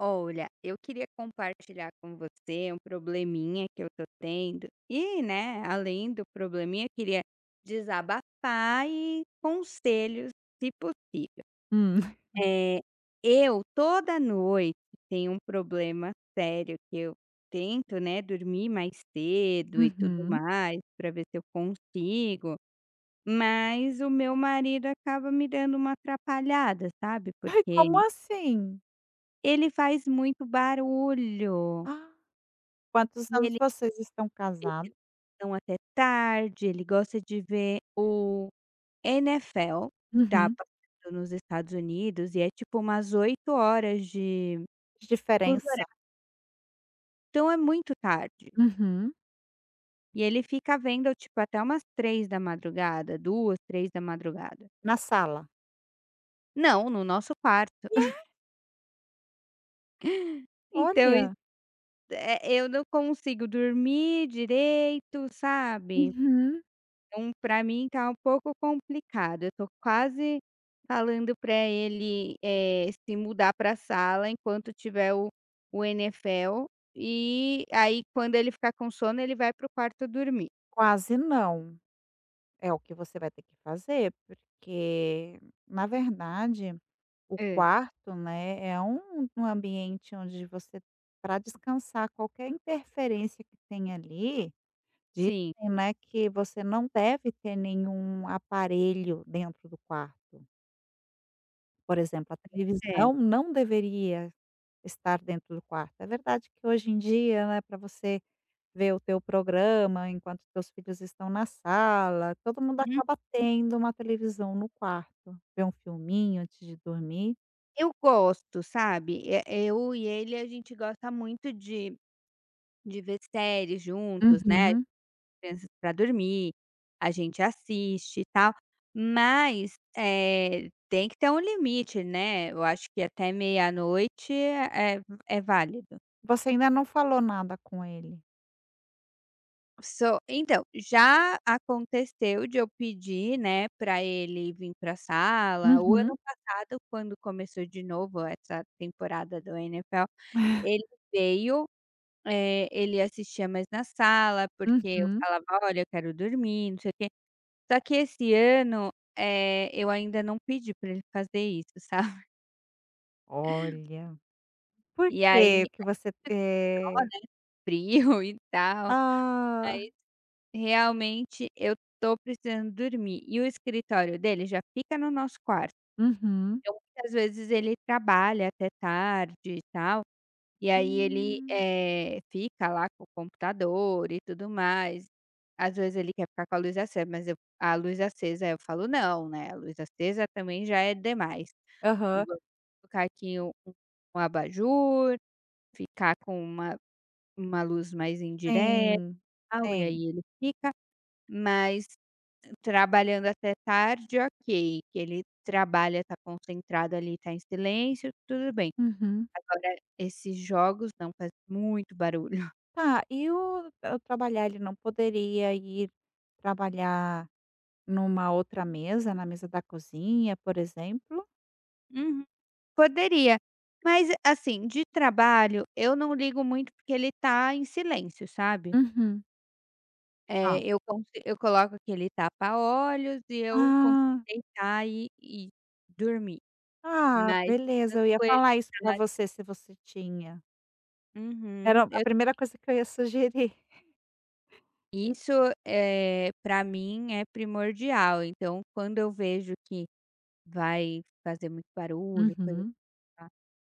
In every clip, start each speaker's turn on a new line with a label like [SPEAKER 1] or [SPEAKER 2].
[SPEAKER 1] Olha, eu queria compartilhar com você um probleminha que eu tô tendo. E, né, além do probleminha, eu queria desabafar e conselhos, se possível.
[SPEAKER 2] Hum,
[SPEAKER 1] É, eu toda noite tenho um problema sério que eu tento, né, dormir mais cedo e tudo
[SPEAKER 2] uhum.
[SPEAKER 1] mais, para ver se eu consigo, mas o meu marido acaba me dando uma atrapalhada, sabe?
[SPEAKER 2] Ai,
[SPEAKER 1] Porque
[SPEAKER 2] como assim?
[SPEAKER 1] ele faz muito barulho.
[SPEAKER 2] Ah, quantos
[SPEAKER 1] E
[SPEAKER 2] anos
[SPEAKER 1] ele
[SPEAKER 2] vocês estão
[SPEAKER 1] vê
[SPEAKER 2] casados?
[SPEAKER 1] televisão até tarde, ele gosta de ver o NFL, que tá
[SPEAKER 2] Uhum.
[SPEAKER 1] passando nos Estados Unidos, e é tipo umas oito horas de
[SPEAKER 2] De
[SPEAKER 1] fuso
[SPEAKER 2] diferença?
[SPEAKER 1] horário, então é muito tarde.
[SPEAKER 2] Uhum.
[SPEAKER 1] E ele fica vendo, tipo, até umas três da madrugada, duas, três da madrugada.
[SPEAKER 2] Na sala?
[SPEAKER 1] Não, no nosso quarto.
[SPEAKER 2] É.
[SPEAKER 1] Então isso,
[SPEAKER 2] Olha.
[SPEAKER 1] eu não consigo dormir direito, sabe?
[SPEAKER 2] Uhum.
[SPEAKER 1] Então, para mim tá um pouco complicado, eu tô quase falando para ele, se mudar para a sala enquanto tiver o NFL, e aí quando ele ficar com sono ele vai para o quarto dormir.
[SPEAKER 2] Quase não. É o que você vai ter que fazer, porque na verdade o
[SPEAKER 1] É.
[SPEAKER 2] quarto, né, é um ambiente onde você para descansar, qualquer interferência que tem ali.
[SPEAKER 1] Sim,
[SPEAKER 2] Dizem, né, que você não deve ter nenhum aparelho dentro do quarto. Por exemplo, a
[SPEAKER 1] é.
[SPEAKER 2] televisão não deveria estar dentro do quarto. É verdade que hoje em dia, né, para você ver o teu programa enquanto teus filhos estão na sala, todo mundo
[SPEAKER 1] Uhum.
[SPEAKER 2] acaba tendo uma televisão no quarto, ver um filminho antes de dormir.
[SPEAKER 1] Eu gosto, sabe, eu e ele a gente gosta muito de ver séries juntos, né.
[SPEAKER 2] Uhum.
[SPEAKER 1] Crianças pra dormir, a gente assiste e tal, mas, tem que ter um limite, né, eu acho que até meia-noite é é válido.
[SPEAKER 2] Você ainda não falou nada com ele?
[SPEAKER 1] Só então, já aconteceu de eu pedir, né, para ele vim pra sala. O
[SPEAKER 2] Uhum,
[SPEAKER 1] ano passado, quando começou de novo essa temporada do NFL, ele veio, ele assistia mais na sala, porque eu
[SPEAKER 2] uhum.
[SPEAKER 1] falava: "Olha, eu quero dormir, não sei o quê". Só que esse ano, eu ainda não pedi pra ele fazer isso, sabe.
[SPEAKER 2] Olha, por
[SPEAKER 1] E
[SPEAKER 2] que
[SPEAKER 1] aí
[SPEAKER 2] que você, é
[SPEAKER 1] né, frio e tal,
[SPEAKER 2] ah.
[SPEAKER 1] mas realmente eu tô precisando dormir. E o escritório dele já fica no nosso quarto,
[SPEAKER 2] Uhum.
[SPEAKER 1] então muitas vezes ele trabalha até tarde e tal, e aí ele,
[SPEAKER 2] Hum.
[SPEAKER 1] fica lá com o computador e tudo mais. Às vezes ele quer ficar com a luz acesa, mas eu a luz acesa, eu falo: "Não, né, a luz acesa também já é demais". Eu
[SPEAKER 2] Aham.
[SPEAKER 1] colocar aqui um abajur, ficar com uma luz mais indireta,
[SPEAKER 2] Tem,
[SPEAKER 1] tal, e
[SPEAKER 2] tem.
[SPEAKER 1] aí ele fica, mas trabalhando até tarde, ok, que ele trabalha, tá concentrado ali, tá em silêncio, tudo bem.
[SPEAKER 2] Uhum.
[SPEAKER 1] Agora esses jogos não, faz muito barulho.
[SPEAKER 2] Tá, e o trabalhar, ele não poderia ir trabalhar numa outra mesa, na mesa da cozinha, por exemplo?
[SPEAKER 1] Uhum. Poderia, mas assim, de trabalho eu não ligo muito porque ele tá em silêncio, sabe?
[SPEAKER 2] Uhum.
[SPEAKER 1] É,
[SPEAKER 2] Não.
[SPEAKER 1] eu consi eu coloco aquele tapa-olhos e eu consigo
[SPEAKER 2] Ah,
[SPEAKER 1] deitar e dormir,
[SPEAKER 2] ah,
[SPEAKER 1] mas
[SPEAKER 2] beleza, eu ia
[SPEAKER 1] quando ele
[SPEAKER 2] falar isso pra
[SPEAKER 1] tá
[SPEAKER 2] você, se você tinha.
[SPEAKER 1] uhum.
[SPEAKER 2] Era a
[SPEAKER 1] Eu
[SPEAKER 2] primeira coisa que eu ia sugerir.
[SPEAKER 1] isso, é para mim é primordial, então quando eu vejo que vai fazer muito barulho, coisa
[SPEAKER 2] Uhum,
[SPEAKER 1] e tal,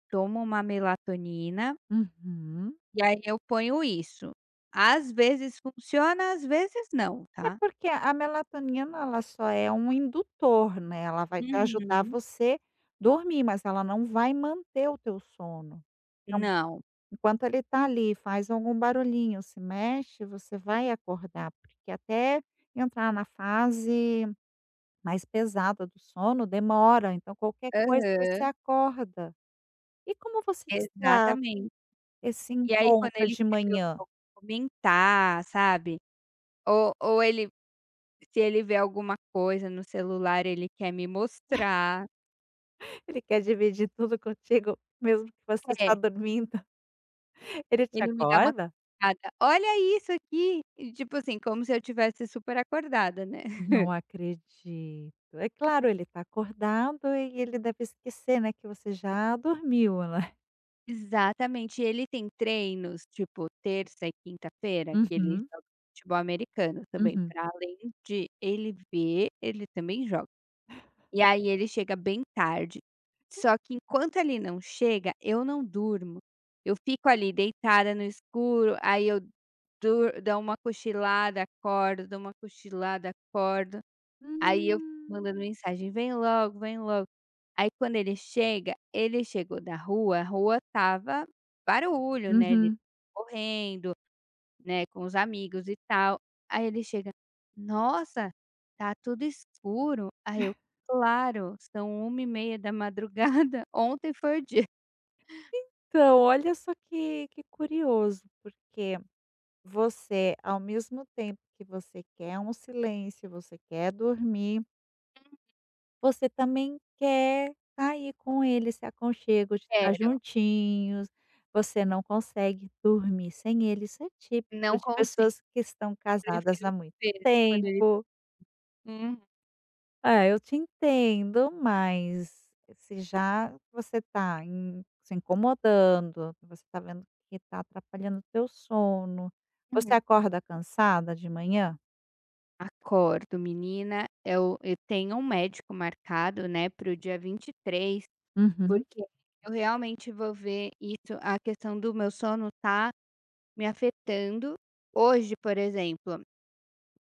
[SPEAKER 1] tomo uma melatonina
[SPEAKER 2] uhum.
[SPEAKER 1] e aí eu ponho isso. Às vezes funciona, às vezes não,
[SPEAKER 2] É
[SPEAKER 1] tá.
[SPEAKER 2] porque a melatonina ela só é um indutor, né, ela vai ajudar
[SPEAKER 1] Uhum.
[SPEAKER 2] você dormir, mas ela não vai manter o teu sono. Então,
[SPEAKER 1] Não.
[SPEAKER 2] enquanto ele tá ali, faz algum barulhinho, se mexe, você vai acordar, porque até entrar na fase mais pesada do sono demora, então qualquer coisa
[SPEAKER 1] Aham,
[SPEAKER 2] você acorda. E como você está
[SPEAKER 1] exatamente.
[SPEAKER 2] esse
[SPEAKER 1] E aí quando
[SPEAKER 2] encontro
[SPEAKER 1] ele
[SPEAKER 2] de
[SPEAKER 1] escreveu
[SPEAKER 2] manhã?
[SPEAKER 1] eu comentar, sabe, ou ele se ele vê alguma coisa no celular, ele quer me mostrar.
[SPEAKER 2] Ele quer dividir tudo contigo mesmo que você
[SPEAKER 1] É,
[SPEAKER 2] está dormindo, ele te
[SPEAKER 1] ele me dá uma
[SPEAKER 2] acorda?
[SPEAKER 1] cutucada: "Olha isso aqui", e tipo assim, como se eu tivesse super acordada, né.
[SPEAKER 2] Não acredito. É claro, ele está acordado e ele deve esquecer, né, que você já dormiu, né.
[SPEAKER 1] Exatamente, e ele tem treinos, tipo, terça e quinta-feira, que ele
[SPEAKER 2] Uhum,
[SPEAKER 1] joga futebol americano também,
[SPEAKER 2] uhum.
[SPEAKER 1] pra além de ele ver, ele também joga. E aí ele chega bem tarde. Só que enquanto ele não chega, eu não durmo. Eu fico ali deitada no escuro, aí eu dur dou uma cochilada, acordo, dou uma cochilada, acordo. Aí eu fico
[SPEAKER 2] Hum.
[SPEAKER 1] mandando mensagem: "Vem logo, vem logo". Aí quando ele chega, ele chegou da rua, a rua estava barulho, né, ele
[SPEAKER 2] Uhum.
[SPEAKER 1] correndo, né, com os amigos e tal. Aí ele chega: "Nossa, tá tudo escuro". Aí eu: "Claro, são uma e meia da madrugada. Ontem foi o dia".
[SPEAKER 2] Então, olha só que curioso, porque você, ao mesmo tempo que você quer um silêncio, você quer dormir. Você também quer cair com ele, esse aconchego de estar
[SPEAKER 1] Sério,
[SPEAKER 2] juntinhos, você não consegue dormir sem ele, isso é típico
[SPEAKER 1] não
[SPEAKER 2] de
[SPEAKER 1] consigo,
[SPEAKER 2] pessoas que estão casadas há
[SPEAKER 1] prefiro
[SPEAKER 2] muito
[SPEAKER 1] ver quando ele
[SPEAKER 2] tempo.
[SPEAKER 1] uhum.
[SPEAKER 2] É, eu te entendo, mas se já você está se incomodando, você está vendo que está atrapalhando o teu sono, você
[SPEAKER 1] Uhum.
[SPEAKER 2] acorda cansada de manhã?
[SPEAKER 1] Acordo, menina, eu tenho um médico marcado, né, para o dia vinte e três,
[SPEAKER 2] Uhum,
[SPEAKER 1] porque eu realmente vou ver isso, a questão do meu sono tá me afetando. Hoje, por exemplo,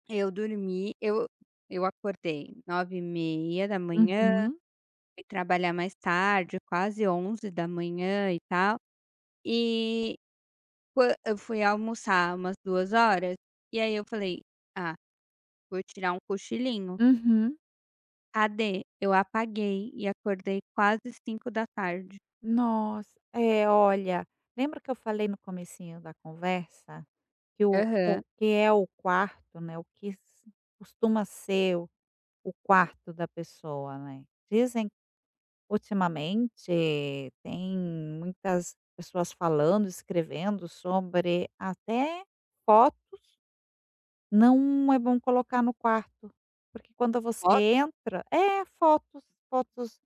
[SPEAKER 1] eu dormi, eu acordei 9h30,
[SPEAKER 2] uhum,
[SPEAKER 1] fui trabalhar mais tarde, quase onze da manhã e tal, e quan eu fui almoçar umas duas horas e aí eu falei: "Ah, vou tirar um cochilinho".
[SPEAKER 2] uhum.
[SPEAKER 1] Cadê? Eu apaguei e acordei quase cinco da tarde.
[SPEAKER 2] Nossa. É, olha, lembra que eu falei no comecinho da conversa que o
[SPEAKER 1] Aham.
[SPEAKER 2] que é o quarto, né, o que s costuma ser o quarto da pessoa, né. Dizem ultimamente tem muitas pessoas falando, escrevendo sobre até fotos não é bom colocar no quarto, porque quando você
[SPEAKER 1] Ó
[SPEAKER 2] entra é, fotos, fotos,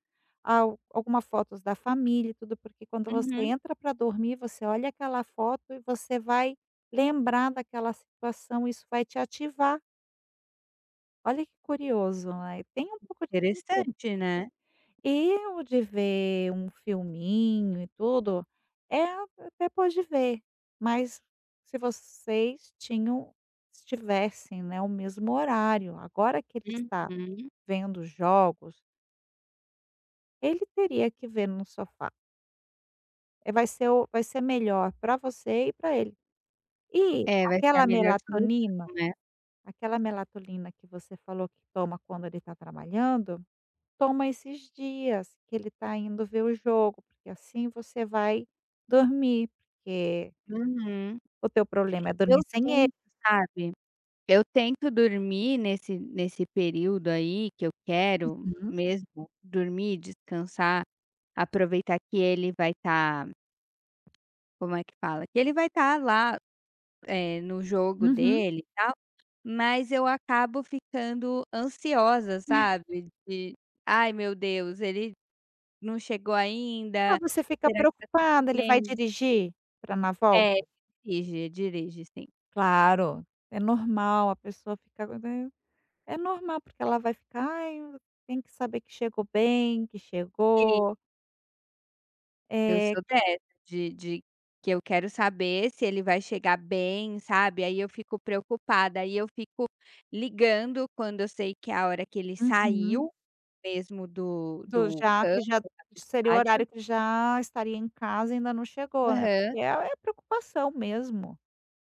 [SPEAKER 2] al alguma fotos da família e tudo, porque quando você
[SPEAKER 1] uhum.
[SPEAKER 2] entra para dormir, você olha aquela foto e você vai lembrar daquela situação, isso vai te ativar. Olha que curioso, né, tem um pouco de sentido.
[SPEAKER 1] Interessante, né?
[SPEAKER 2] Eu de ver um filminho e tudo, é, até pode ver, mas se vocês tinham tivessem, né, o mesmo horário, agora que ele está
[SPEAKER 1] Uhum.
[SPEAKER 2] vendo jogos, ele teria que ver no sofá. Vai ser o vai ser melhor para você e para ele. E
[SPEAKER 1] É, vai ser a melhor solução, né.
[SPEAKER 2] aquela melatonina que você falou que toma quando ele está trabalhando. Toma esses dias que ele está indo ver o jogo, porque assim você vai dormir, porque
[SPEAKER 1] Uhum.
[SPEAKER 2] o teu problema é
[SPEAKER 1] Eu
[SPEAKER 2] dormir sem ele.
[SPEAKER 1] tento, sabe, eu tento dormir nesse período aí que eu quero
[SPEAKER 2] Uhum,
[SPEAKER 1] mesmo dormir, descansar, aproveitar que ele vai estar, como é que fala? Que ele vai estar lá, no jogo
[SPEAKER 2] uhum.
[SPEAKER 1] dele e tal, mas eu acabo ficando ansiosa, sabe? De: "Ai meu Deus, ele não chegou
[SPEAKER 2] Ah,
[SPEAKER 1] ainda,
[SPEAKER 2] você fica
[SPEAKER 1] será que tá tudo
[SPEAKER 2] preocupada, ele vai
[SPEAKER 1] bem?"
[SPEAKER 2] dirigir para na
[SPEAKER 1] É,
[SPEAKER 2] volta?
[SPEAKER 1] dirige, dirige sim.
[SPEAKER 2] Claro, é normal a pessoa fica, né, é normal, porque ela vai ficar: "Ai, tem que saber que chegou bem, que chegou".
[SPEAKER 1] Eu
[SPEAKER 2] Eh.
[SPEAKER 1] sou dessa, de que eu quero saber se ele vai chegar bem, sabe, aí eu fico preocupada, aí eu fico ligando quando eu sei que é a hora que ele
[SPEAKER 2] Uhum.
[SPEAKER 1] saiu mesmo do
[SPEAKER 2] Do
[SPEAKER 1] do
[SPEAKER 2] já que
[SPEAKER 1] campo,
[SPEAKER 2] já
[SPEAKER 1] do
[SPEAKER 2] seria o
[SPEAKER 1] estádio.
[SPEAKER 2] horário que já estaria em casa e ainda não chegou, né,
[SPEAKER 1] Aham.
[SPEAKER 2] porque é é preocupação mesmo.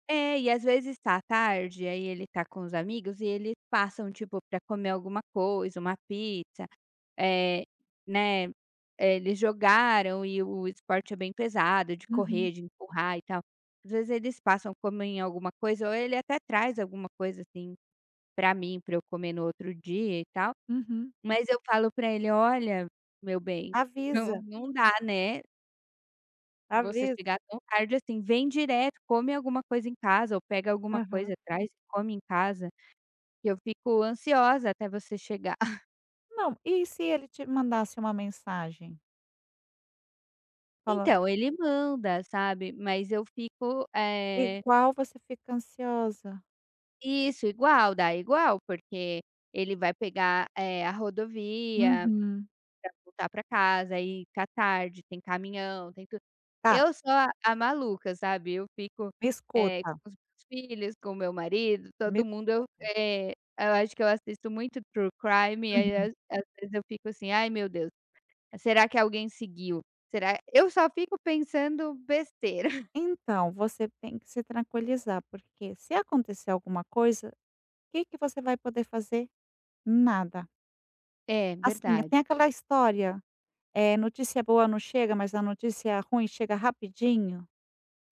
[SPEAKER 1] É, e às vezes tá tarde, aí ele tá com os amigos e eles passam, tipo, pra comer alguma coisa, uma pizza. Eh, né, eles jogaram e o esporte é bem pesado, de
[SPEAKER 2] Uhum,
[SPEAKER 1] correr, de empurrar e tal. Às vezes eles passam, comem alguma coisa ou ele até traz alguma coisa, assim, pra mim, pra eu comer no outro dia e tal,
[SPEAKER 2] uhum.
[SPEAKER 1] mas eu falo pra ele: "Olha, meu bem,
[SPEAKER 2] Avisa,
[SPEAKER 1] não dá, né, você
[SPEAKER 2] avisa.
[SPEAKER 1] chegar tão tarde assim, vem direto, come alguma coisa em casa ou pega alguma coisa,
[SPEAKER 2] Aham.
[SPEAKER 1] traz e come em casa, que eu fico ansiosa até você chegar".
[SPEAKER 2] Não, e se ele te mandasse uma mensagem falando:
[SPEAKER 1] Então, ele manda, sabe, mas eu fico,
[SPEAKER 2] "Igual você fica ansiosa".
[SPEAKER 1] isso, igual, dá igual, porque ele vai pegar, a rodovia
[SPEAKER 2] Uhum.
[SPEAKER 1] pra voltar pra casa, aí tá tarde, tem caminhão, tem tudo.
[SPEAKER 2] Tá,
[SPEAKER 1] Eu sou a maluca, sabe, eu fico,
[SPEAKER 2] me escuta,
[SPEAKER 1] com os meus filhos, com o meu marido,
[SPEAKER 2] me.
[SPEAKER 1] todo mundo eu, eh, eu acho que eu assisto muito true crime, e aí
[SPEAKER 2] Uhum.
[SPEAKER 1] às vezes eu fico assim: "Ai meu Deus, será que alguém seguiu? Será", eu só fico pensando besteira.
[SPEAKER 2] Então você tem que se tranquilizar, porque se acontecer alguma coisa, o que que você vai poder fazer? Nada.
[SPEAKER 1] É,
[SPEAKER 2] Assim, tem
[SPEAKER 1] verdade.
[SPEAKER 2] aquela história. É notícia boa não chega, mas a notícia ruim chega rapidinho.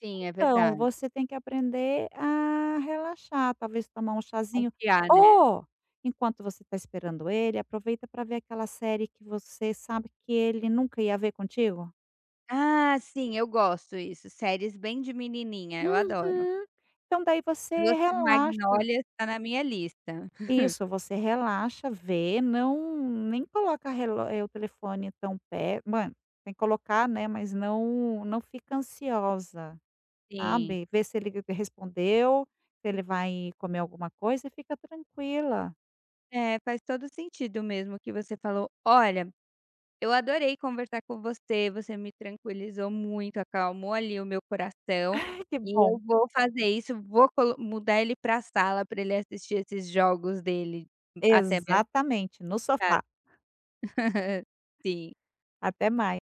[SPEAKER 1] Sim, é
[SPEAKER 2] Então,
[SPEAKER 1] verdade.
[SPEAKER 2] você tem que aprender a relaxar, talvez tomar um chazinho
[SPEAKER 1] Confiar, né.
[SPEAKER 2] ou, enquanto você está esperando ele, aproveita para ver aquela série que você sabe que ele nunca ia ver contigo.
[SPEAKER 1] Ah, sim, eu gosto isso, séries bem de menininha, eu adoro.
[SPEAKER 2] Uhum. Então daí você
[SPEAKER 1] Doces
[SPEAKER 2] relaxa.
[SPEAKER 1] Magnólias tá na minha lista.
[SPEAKER 2] Isso, você relaxa, vê, não nem coloca relo o telefone tão perto. Mano, tem que colocar, né, mas não fica ansiosa.
[SPEAKER 1] Sim.
[SPEAKER 2] Sabe, vê se ele respondeu, se ele vai comer alguma coisa e fica tranquila.
[SPEAKER 1] É, faz todo sentido mesmo o que você falou. Olha, eu adorei conversar com você, você me tranquilizou muito, acalmou ali o meu coração,
[SPEAKER 2] Ai que
[SPEAKER 1] e eu
[SPEAKER 2] bom.
[SPEAKER 1] vou fazer isso, vou colo mudar ele pra sala para ele assistir esses jogos dele até mais
[SPEAKER 2] Exatamente, no sofá.
[SPEAKER 1] tarde. Sim.
[SPEAKER 2] Até mais.